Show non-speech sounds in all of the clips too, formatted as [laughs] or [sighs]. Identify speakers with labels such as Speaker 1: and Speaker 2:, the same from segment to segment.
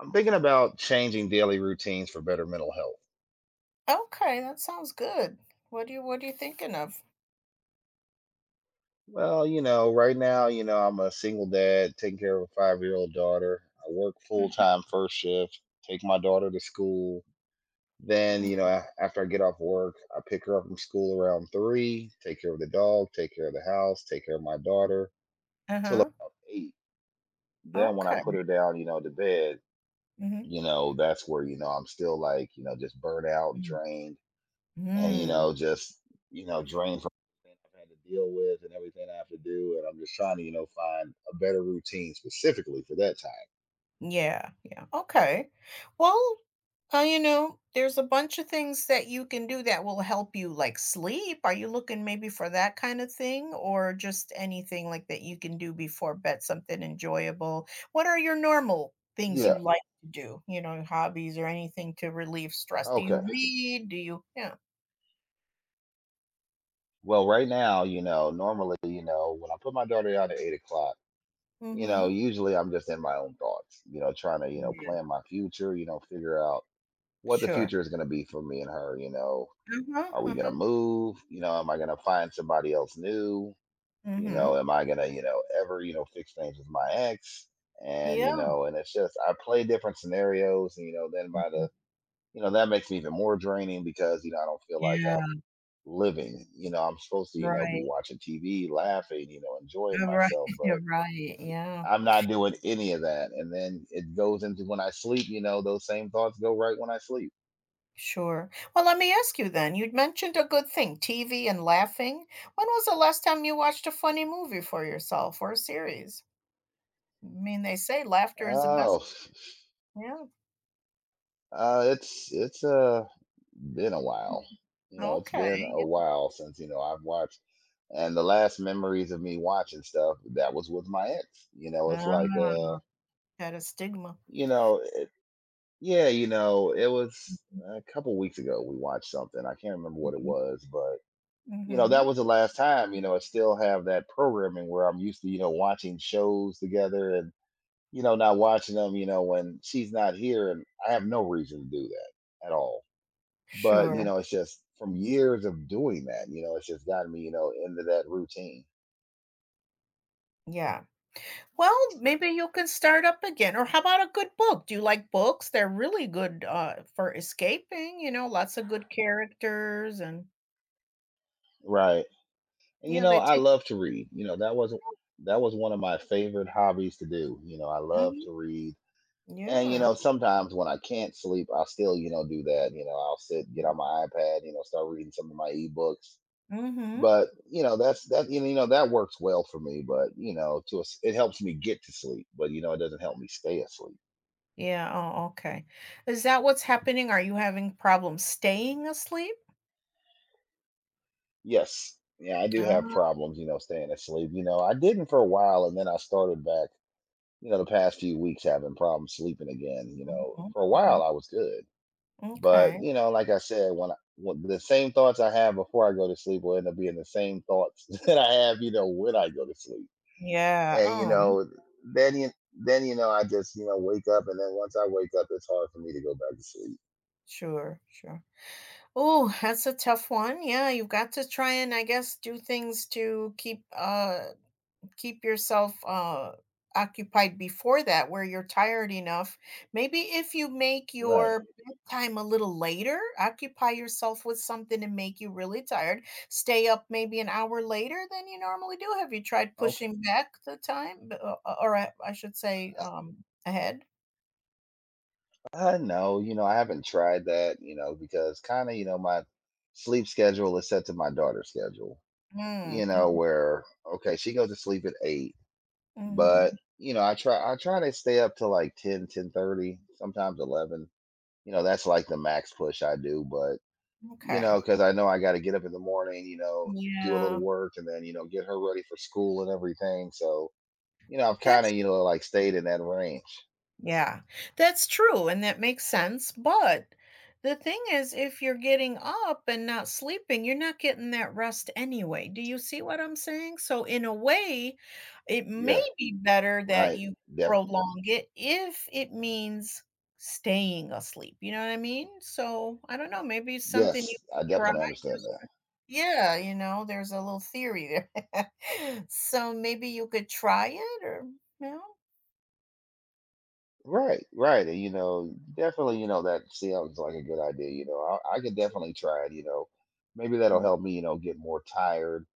Speaker 1: I'm thinking about changing daily routines for better mental health.
Speaker 2: Okay, that sounds good. What are you thinking of?
Speaker 1: Well, right now, I'm a single dad taking care of a 5-year-old old daughter. I work full
Speaker 2: Mm.
Speaker 1: time first shift, take my daughter to school. Then, after I get off work, I pick her up from school around 3, take care of the dog, take care of the house, take care of my daughter till
Speaker 2: Uh-huh.
Speaker 1: about 8. Then, when I
Speaker 2: Okay.
Speaker 1: put her down, to bed,
Speaker 2: Mhm.
Speaker 1: that's where, I'm still like, just burnt out,
Speaker 2: Mm.
Speaker 1: drained, and
Speaker 2: Mm.
Speaker 1: just drained from everything I've had to deal with and everything I have to do, and I'm just trying to find a better routine specifically for that time.
Speaker 2: Yeah, yeah. Okay. Well, you know, there's a bunch of things that you can do that will help you like sleep. Are you looking maybe for that kind of thing or just anything like that you can do before bed, something enjoyable? What are your normal things you
Speaker 1: Yeah.
Speaker 2: like to do? You know, hobbies or anything to relieve stress? Do you
Speaker 1: Okay.
Speaker 2: read? Do you. Yeah.
Speaker 1: Well, right now, normally, when I put my daughter out at 8 o'clock,
Speaker 2: Mhm.
Speaker 1: usually I'm just in my own thoughts, trying to
Speaker 2: Yeah.
Speaker 1: plan my future, figure out what the
Speaker 2: Sure.
Speaker 1: future is going to be for me and her.
Speaker 2: Uh-huh,
Speaker 1: Are we going to
Speaker 2: uh-huh,
Speaker 1: move? Am I going to find somebody else new?
Speaker 2: mhm.
Speaker 1: Am I gonna ever fix things with my ex? And
Speaker 2: Yeah.
Speaker 1: it's just I play different scenarios. And then by
Speaker 2: Mhm.
Speaker 1: the— that makes me even more draining, because I don't feel like
Speaker 2: Yeah,
Speaker 1: I'm living. I'm supposed to
Speaker 2: right.
Speaker 1: be watching TV, laughing, enjoying
Speaker 2: you right,
Speaker 1: myself,
Speaker 2: [laughs]
Speaker 1: but
Speaker 2: you're right, yeah.
Speaker 1: I'm not doing any of that. And then it goes into when I sleep. Those same thoughts go right when I sleep.
Speaker 2: Sure. Well, let me ask you then, you'd mentioned a good thing, TV and laughing. When was the last time you watched a funny movie for yourself or a series? I mean, they say laughter is the best.
Speaker 1: Oh.
Speaker 2: Yeah.
Speaker 1: It's been a while. You know, it's
Speaker 2: Okay,
Speaker 1: been a
Speaker 2: yeah.
Speaker 1: while since, I've watched, and the last memories of me watching stuff that was with my ex. You know, it's
Speaker 2: Ah,
Speaker 1: like
Speaker 2: had a stigma.
Speaker 1: you know, it, yeah, it was a couple weeks ago we watched something. I can't remember what it
Speaker 2: Mhm,
Speaker 1: was, but that
Speaker 2: mhm.
Speaker 1: was the last time. I still have that programming where I'm used to, watching shows together, and not watching them, when she's not here, and I have no reason to do that at all. But,
Speaker 2: Sure,
Speaker 1: it's just from years of doing that, it's just gotten me, into that routine.
Speaker 2: yeah. Well, maybe you can start up again. Or how about a good book? Do you like books? They're really good for escaping, you know, lots of good characters and.
Speaker 1: Right. And
Speaker 2: yeah, they
Speaker 1: I
Speaker 2: take
Speaker 1: love to read. That was one of my favorite hobbies to do. I love
Speaker 2: Mhm.
Speaker 1: to read. And
Speaker 2: Yeah.
Speaker 1: sometimes when I can't sleep, I'll still, do that. I'll sit, get on my iPad, start reading some of my ebooks.
Speaker 2: Hmm.
Speaker 1: But you know, that's that you know that works well for me. But to a s it helps me get to sleep, but it doesn't help me stay asleep.
Speaker 2: Yeah. Oh, okay. Is that what's happening? Are you having problems staying asleep?
Speaker 1: Yes. Yeah, I do have
Speaker 2: Ah,
Speaker 1: problems, staying asleep. I didn't for a while, and then I started back, the past few weeks having problems sleeping again.
Speaker 2: mhm,
Speaker 1: For a
Speaker 2: mhm.
Speaker 1: while I was good.
Speaker 2: Okay.
Speaker 1: But, like I said, when I when the same thoughts I have before I go to sleep will end up being the same thoughts [laughs] that I have, when I go to sleep.
Speaker 2: Yeah.
Speaker 1: And then you then I just, wake up, and then once I wake up it's hard for me to go back to sleep.
Speaker 2: Sure, sure. Oh, that's a tough one. Yeah, you've got to try and I guess do things to keep keep yourself occupied before that where you're tired enough. Maybe if you make
Speaker 1: Right.
Speaker 2: your bedtime a little later, occupy yourself with something to make you really tired. Stay up maybe an hour later than you normally do. Have you tried
Speaker 1: Okay.
Speaker 2: pushing back the time, or I should say, ahead?
Speaker 1: No, I haven't tried that, because kind of, my sleep schedule is set to my daughter's schedule,
Speaker 2: Mm, mhm,
Speaker 1: where, okay, she goes to sleep at 8,
Speaker 2: mhm,
Speaker 1: but, I try to stay up to like 10, 10:30, sometimes 11. That's like the max push I do, but,
Speaker 2: okay.
Speaker 1: because I know I got to get up in the morning, do a little
Speaker 2: Yeah.
Speaker 1: work and then, get her ready for school and everything. So, I've kind of,
Speaker 2: That's.
Speaker 1: like stayed in that range.
Speaker 2: Yeah, that's true, and that makes sense. But the thing is, if you're getting up and not sleeping, you're not getting that rest anyway. Do you see what I'm saying? So, in a way, it may
Speaker 1: Yeah,
Speaker 2: be better that
Speaker 1: right.
Speaker 2: you prolong it if it means staying asleep. You know what I mean? So, I don't know. Maybe it's something you
Speaker 1: Yes,
Speaker 2: can
Speaker 1: I
Speaker 2: try.
Speaker 1: definitely understand
Speaker 2: Just
Speaker 1: that.
Speaker 2: try. Yeah, you know, there's a little theory there. [laughs] So maybe you could try it or, you know,
Speaker 1: Right, right, and definitely, that sounds like a good idea. I could definitely try it. Maybe that'll
Speaker 2: mm,
Speaker 1: help me. Get more tired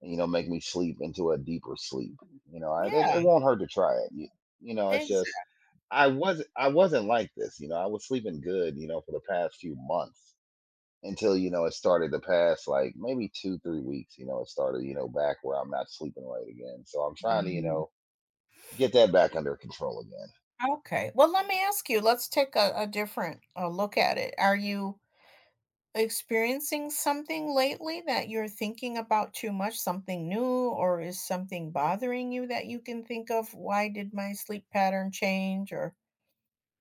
Speaker 1: and make me sleep into a deeper sleep.
Speaker 2: yeah.
Speaker 1: It won't hurt to try it. It's just
Speaker 2: Exactly.
Speaker 1: I wasn't like this. I was sleeping good, for the past few months, until it started the past like maybe 2 3 weeks. It started back where I'm not sleeping right again. So I'm trying to get that back under control again.
Speaker 2: Okay. Well, let me ask you, let's take a different, look at it. Are you experiencing something lately that you're thinking about too much, something new, or is something bothering you that you can think of? "Why did my sleep pattern change?" Or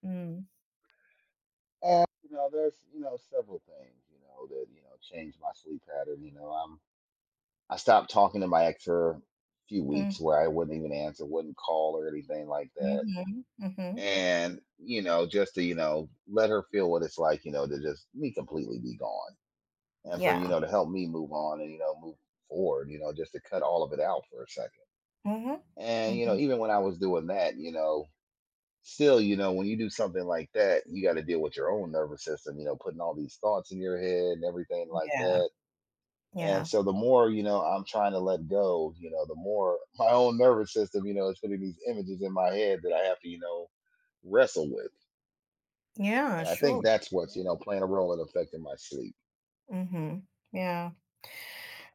Speaker 2: mm.
Speaker 1: And there's several things that changed my sleep pattern. I stopped talking to my ex for a few weeks,
Speaker 2: Mm.
Speaker 1: where I wouldn't even answer, wouldn't call or anything like that.
Speaker 2: Mhm. Mhm.
Speaker 1: And just to let her feel what it's like, to just me completely be gone, and for
Speaker 2: Yeah.
Speaker 1: to help me move on and move forward, just to cut all of it out for a second.
Speaker 2: Mhm.
Speaker 1: And
Speaker 2: Mhm.
Speaker 1: even when I was doing that, still, when you do something like that, you got to deal with your own nervous system, putting all these thoughts in your head and everything like
Speaker 2: Yeah.
Speaker 1: that. And
Speaker 2: Yeah.
Speaker 1: so the more, I'm trying to let go, the more [laughs] my own nervous system, is putting these images in my head that I have to, wrestle with.
Speaker 2: Yeah,
Speaker 1: And I think
Speaker 2: sure.
Speaker 1: that's what's, playing a role in affecting my sleep.
Speaker 2: Mhm. Yeah.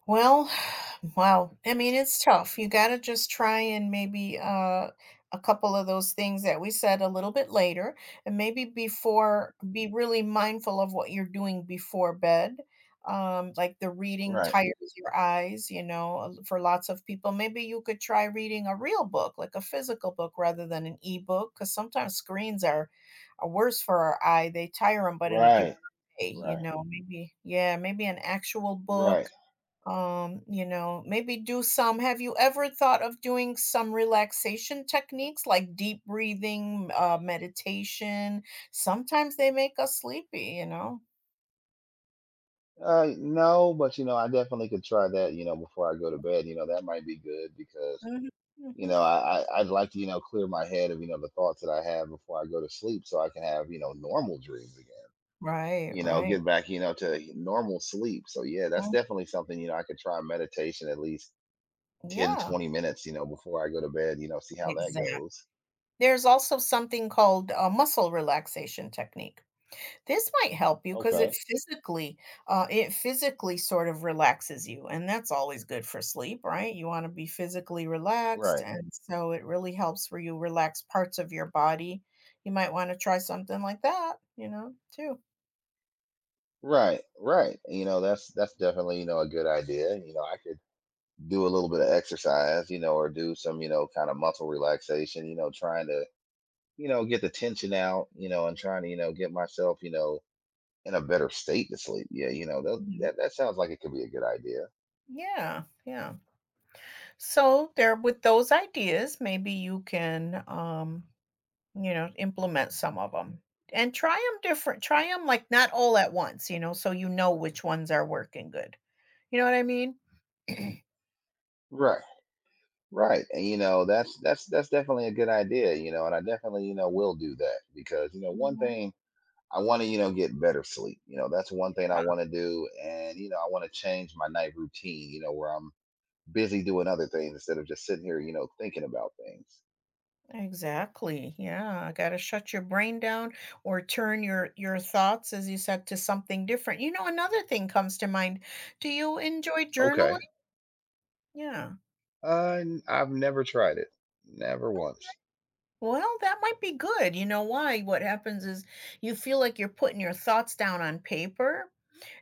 Speaker 2: Well, [sighs] wow. I mean, it's tough. You got to just try and maybe a couple of those things that we said a little bit later, and maybe before, be really mindful of what you're doing before bed. Like the reading
Speaker 1: Right.
Speaker 2: tires your eyes, you know, for lots of people. Maybe you could try reading a real book, like a physical book rather than an ebook, because sometimes are worse for our eye. They tire them, but in a different
Speaker 1: Right.
Speaker 2: way, you
Speaker 1: Right.
Speaker 2: know, maybe, yeah, maybe an actual book
Speaker 1: Right.
Speaker 2: you know, maybe do some. Have you ever thought of doing some relaxation techniques like deep breathing, meditation? Sometimes they make us sleepy, you know?
Speaker 1: No, but I definitely could try that, before I go to bed. That might be good, because
Speaker 2: Mhm, mhm.
Speaker 1: I I'd like to clear my head of the thoughts that I have before I go to sleep, so I can have normal dreams again.
Speaker 2: Right, right.
Speaker 1: Get back to normal sleep. So yeah, that's
Speaker 2: Mm,
Speaker 1: definitely something I could try, meditation at least 10
Speaker 2: yeah,
Speaker 1: 20 minutes. Before I go to bed. See how that
Speaker 2: exactly.
Speaker 1: goes.
Speaker 2: There's also something called a muscle relaxation technique. This might help you because it
Speaker 1: Okay.
Speaker 2: physically, it physically sort of relaxes you, and that's always good for sleep, right? You wanna be physically relaxed,
Speaker 1: Right.
Speaker 2: and so it really helps where you relax parts of your body. You might wanna try something like that, you know, too.
Speaker 1: Right. Right. That's definitely a good idea. I could do a little bit of exercise. Or do some kind of muscle relaxation. Trying to get the tension out, and trying to, get myself, in a better state to sleep. Yeah,
Speaker 2: Mhm.
Speaker 1: that sounds like it could be a good idea.
Speaker 2: Yeah, yeah. So there with those ideas, maybe you can, you know, implement some of them and try them different. Try them like, not all at once, you know, so you know which ones are working good. You know what I mean? [clears throat]
Speaker 1: Right. Right. And that's definitely a good idea, and I definitely, will do that because, one
Speaker 2: Mhm.
Speaker 1: thing I want to, get better sleep. That's one thing I want to do, and, I want to change my night routine, where I'm busy doing other things instead of just sitting here, thinking about things.
Speaker 2: Exactly, yeah, I gotta shut your brain down or turn your thoughts, as you said, to something different. You know, another thing comes to mind. Do you enjoy journaling?
Speaker 1: Okay.
Speaker 2: Yeah.
Speaker 1: I've never tried it. Never
Speaker 2: Oh,
Speaker 1: once.
Speaker 2: well, that might be good. You know why? What happens is you feel like you're putting your thoughts down on paper,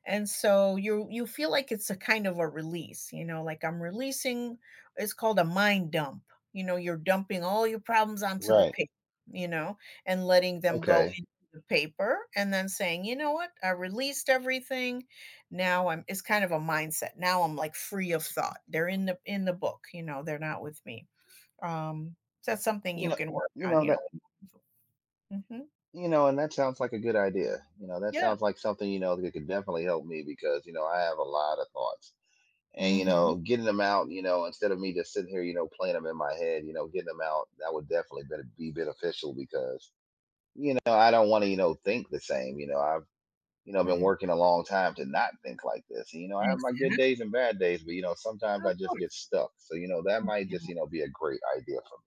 Speaker 2: and so you feel like it's a kind of a release, you know, like I'm releasing. It's called a mind dump. You know, you're dumping all your problems onto the
Speaker 1: Right.
Speaker 2: paper, you know, and letting them go
Speaker 1: Okay.
Speaker 2: into the paper and then saying, "You know what? I released everything. Now I'm. It's kind of a mindset. Now I'm like free of thought. They're in the book, you know, they're not with me." Um, so that's something
Speaker 1: You
Speaker 2: you
Speaker 1: know
Speaker 2: can work
Speaker 1: you
Speaker 2: on,
Speaker 1: know,
Speaker 2: you
Speaker 1: that
Speaker 2: know. Mhm.
Speaker 1: and that sounds like a good idea. That
Speaker 2: Yeah.
Speaker 1: sounds like something, that could definitely help me, because, I have a lot of thoughts. And,
Speaker 2: Mhm.
Speaker 1: getting them out, instead of me just sitting here, playing them in my head, getting them out, that would definitely be beneficial, because, I don't want to, think the same. Been
Speaker 2: Right.
Speaker 1: working a long time to not think like this. And, I have my good
Speaker 2: Exactly.
Speaker 1: days and bad days, but, sometimes
Speaker 2: Of
Speaker 1: I just
Speaker 2: course.
Speaker 1: get stuck. So, that might
Speaker 2: Yeah.
Speaker 1: just, be a great idea for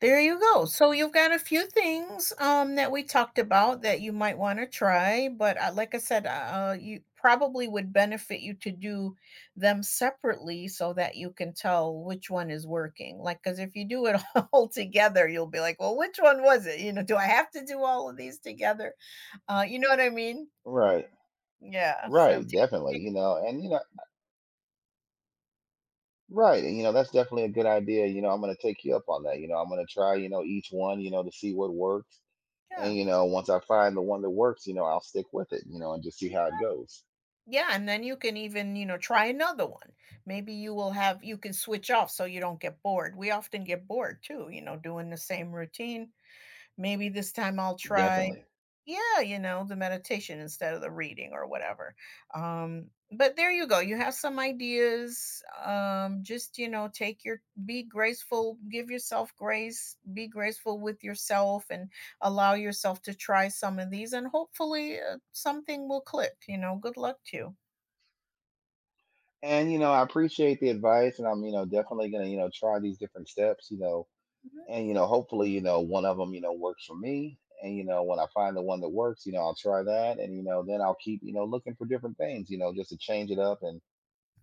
Speaker 2: There you go. So you've got a few things that we talked about that you might want to try, but like I said, you probably would benefit you to do them separately so that you can tell which one is working. Like, because if you do it [laughs] all together, you'll be like, well, which one was it? You know, do I have to do all of these together? You know what I mean?
Speaker 1: me. Right.
Speaker 2: Yeah.
Speaker 1: Right, definitely. Right. And, that's definitely a good idea. I'm going to take you up on that. I'm going to try, each one, to see what works. And,
Speaker 2: Yeah.
Speaker 1: once I find the one that works, I'll stick with it, and just see how it goes.
Speaker 2: Yeah, and then you can even, you know, try another one. Maybe you will have. You can switch off so you don't get bored. We often get bored too, you know, doing the same routine. Maybe this time I'll try,
Speaker 1: Definitely.
Speaker 2: yeah, you know, the meditation instead of the reading or whatever. But there you go. You have some ideas. Just, you know, take your be graceful, give yourself grace, be graceful with yourself and allow yourself to try some of these and hopefully something will click, you know. Good luck to you.
Speaker 1: And, I appreciate the advice, and I'm, definitely going to, try these different steps,
Speaker 2: Mhm.
Speaker 1: and, hopefully, one of them, works for me. And, when I find the one that works, I'll try that. And, then I'll keep, looking for different things, just to change it up, and,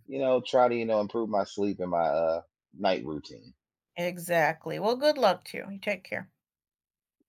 Speaker 1: try to, improve my sleep and my night routine.
Speaker 2: Exactly. Well, good luck to you. You take care.